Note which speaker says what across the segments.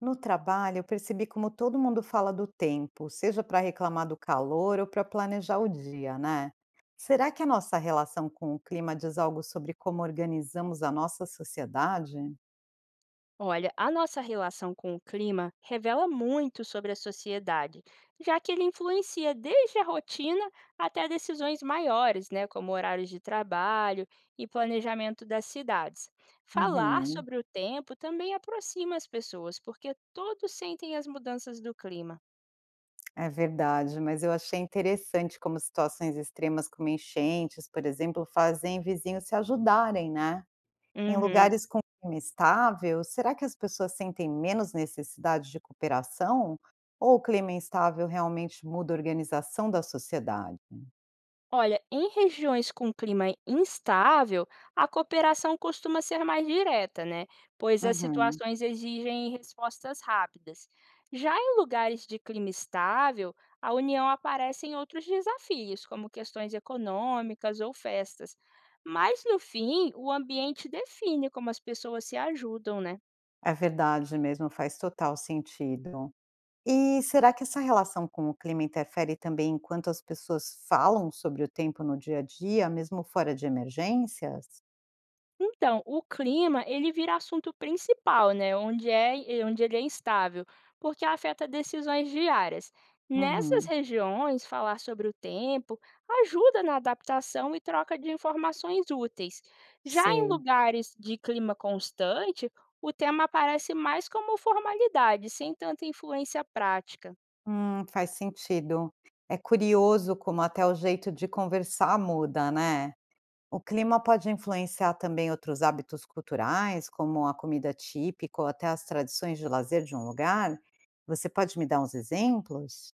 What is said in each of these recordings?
Speaker 1: No trabalho, eu percebi como todo mundo fala do tempo, seja para reclamar do calor ou para planejar o dia, né? Será que a nossa relação com o clima diz algo sobre como organizamos a nossa sociedade?
Speaker 2: Olha, a nossa relação com o clima revela muito sobre a sociedade, já que ele influencia desde a rotina até decisões maiores, né, como horários de trabalho e planejamento das cidades. Falar
Speaker 1: Uhum,
Speaker 2: sobre o tempo também aproxima as pessoas, porque todos sentem as mudanças do clima.
Speaker 1: é verdade, mas eu achei interessante como situações extremas, como enchentes, por exemplo, fazem vizinhos se ajudarem, né? Em
Speaker 2: Uhum.
Speaker 1: lugares com clima estável, será que as pessoas sentem menos necessidade de cooperação? Ou o clima instável realmente muda a organização da sociedade?
Speaker 2: Olha, em regiões com clima instável, a cooperação costuma ser mais direta, né? Pois as
Speaker 1: Uhum.
Speaker 2: situações exigem respostas rápidas. Já em lugares de clima estável, a união aparece em outros desafios, como questões econômicas ou festas. Mas, no fim, o ambiente define como as pessoas se ajudam, né?
Speaker 1: É verdade mesmo, faz total sentido. E será que essa relação com o clima interfere também enquanto as pessoas falam sobre o tempo no dia a dia, mesmo fora de emergências?
Speaker 2: Então, o clima, ele vira assunto principal, né? E onde ele é instável, porque afeta decisões diárias. Nessas
Speaker 1: Uhum,
Speaker 2: regiões, falar sobre o tempo ajuda na adaptação e troca de informações úteis. Já em
Speaker 1: sei.
Speaker 2: lugares de clima constante, o tema aparece mais como formalidade, sem tanta influência prática.
Speaker 1: Faz sentido. É curioso como até o jeito de conversar muda, né? O clima pode influenciar também outros hábitos culturais, como a comida típica ou até as tradições de lazer de um lugar? Você pode me dar uns exemplos?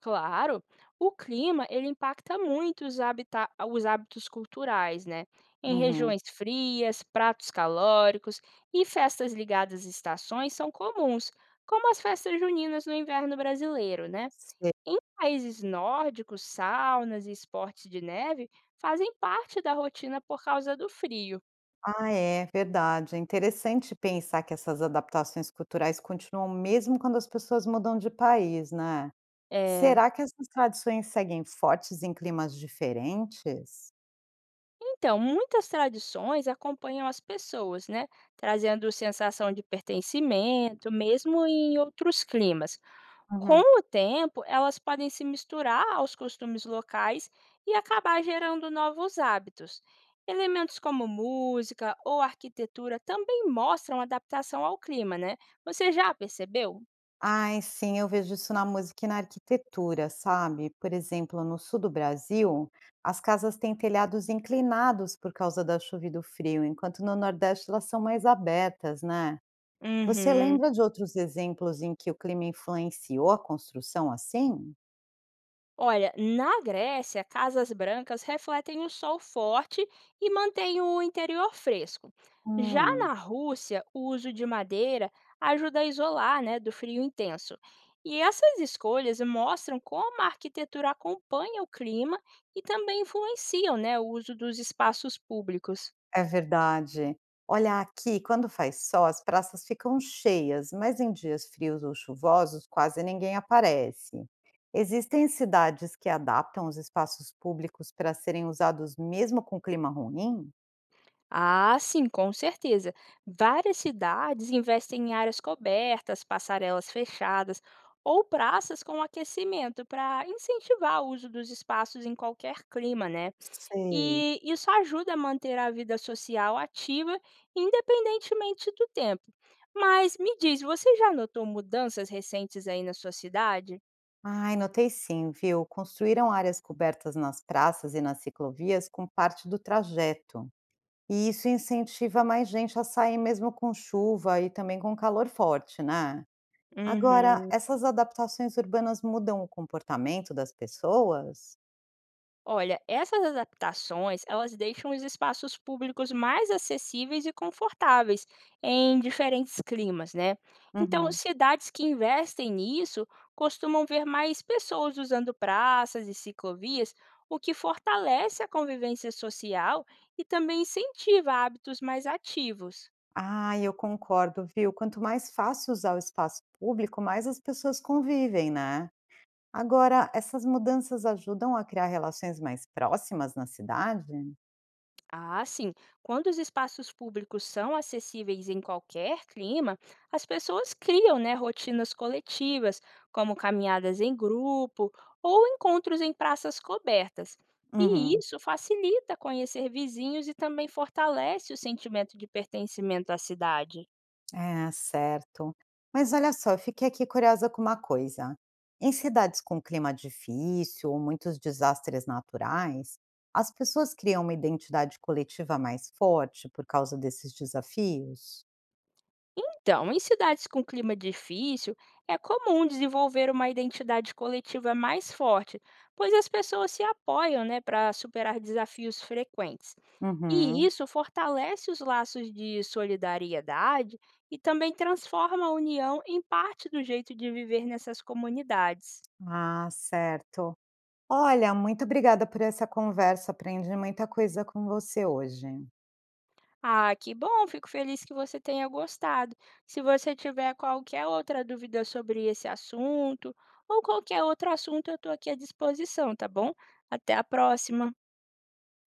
Speaker 2: Claro, o clima ele impacta muito os hábitos culturais, né? Em
Speaker 1: Uhum.
Speaker 2: regiões frias, pratos calóricos e festas ligadas às estações são comuns, como as festas juninas no inverno brasileiro, né?
Speaker 1: Sei.
Speaker 2: Em países nórdicos, saunas e esportes de neve fazem parte da rotina por causa do frio.
Speaker 1: Ah, é verdade. É interessante pensar que essas adaptações culturais continuam mesmo quando as pessoas mudam de país, né?
Speaker 2: eh,
Speaker 1: Será que essas tradições seguem fortes em climas diferentes?
Speaker 2: Então, muitas tradições acompanham as pessoas, né? Trazendo sensação de pertencimento, mesmo em outros climas. Com o tempo, elas podem se misturar aos costumes locais e acabar gerando novos hábitos. Elementos como música ou arquitetura também mostram adaptação ao clima, né? Você já percebeu?
Speaker 1: Ai, sim, eu vejo isso na música e na arquitetura, sabe? Por exemplo, no sul do Brasil, as casas têm telhados inclinados por causa da chuva e do frio, enquanto no Nordeste elas são mais abertas, né? Você
Speaker 2: Uhum.
Speaker 1: lembra de outros exemplos em que o clima influenciou a construção assim?
Speaker 2: Olha, na Grécia, casas brancas refletem o sol forte e mantêm o interior fresco. Já
Speaker 1: Hum.
Speaker 2: na Rússia, o uso de madeira ajuda a isolar, né, do frio intenso. E essas escolhas mostram como a arquitetura acompanha o clima e também influenciam, né, o uso dos espaços públicos.
Speaker 1: É verdade. Olha, aqui, quando faz sol, as praças ficam cheias, mas em dias frios ou chuvosos, quase ninguém aparece. Existem cidades que adaptam os espaços públicos para serem usados mesmo com clima ruim?
Speaker 2: Ah, sim, com certeza. Várias cidades investem em áreas cobertas, passarelas fechadas ou praças com aquecimento para incentivar o uso dos espaços em qualquer clima, né?
Speaker 1: Sei.
Speaker 2: E isso ajuda a manter a vida social ativa, independentemente do tempo. Mas me diz, você já notou mudanças recentes aí na sua cidade?
Speaker 1: Ai, notei sim, viu? Construíram áreas cobertas nas praças e nas ciclovias com parte do trajeto. E isso incentiva mais gente a sair mesmo com chuva e também com calor forte, né? Agora,
Speaker 2: Uhum.
Speaker 1: essas adaptações urbanas mudam o comportamento das pessoas?
Speaker 2: Olha, essas adaptações, elas deixam os espaços públicos mais acessíveis e confortáveis em diferentes climas, né? Então,
Speaker 1: Uhum.
Speaker 2: cidades que investem nisso costumam ver mais pessoas usando praças e ciclovias, o que fortalece a convivência social e também incentiva hábitos mais ativos.
Speaker 1: Ah, eu concordo, viu? Quanto mais fácil usar o espaço público, mais as pessoas convivem, né? Agora, essas mudanças ajudam a criar relações mais próximas na cidade?
Speaker 2: Ah, sim. Quando os espaços públicos são acessíveis em qualquer clima, as pessoas criam, né, rotinas coletivas, como caminhadas em grupo ou encontros em praças cobertas. E
Speaker 1: Uhum.
Speaker 2: isso facilita conhecer vizinhos e também fortalece o sentimento de pertencimento à cidade.
Speaker 1: É, certo. Mas olha só, eu fiquei aqui curiosa com uma coisa. Em cidades com clima difícil ou muitos desastres naturais, as pessoas criam uma identidade coletiva mais forte por causa desses desafios?
Speaker 2: Então, em cidades com clima difícil, é comum desenvolver uma identidade coletiva mais forte, pois as pessoas se apoiam né, para superar desafios frequentes. E
Speaker 1: Uhum.
Speaker 2: isso fortalece os laços de solidariedade e também transforma a união em parte do jeito de viver nessas comunidades.
Speaker 1: Ah, certo. Olha, muito obrigada por essa conversa. Aprendi muita coisa com você hoje.
Speaker 2: Ah, que bom, fico feliz que você tenha gostado. Se você tiver qualquer outra dúvida sobre esse assunto ou qualquer outro assunto, eu estou aqui à disposição, tá bom? Até a próxima.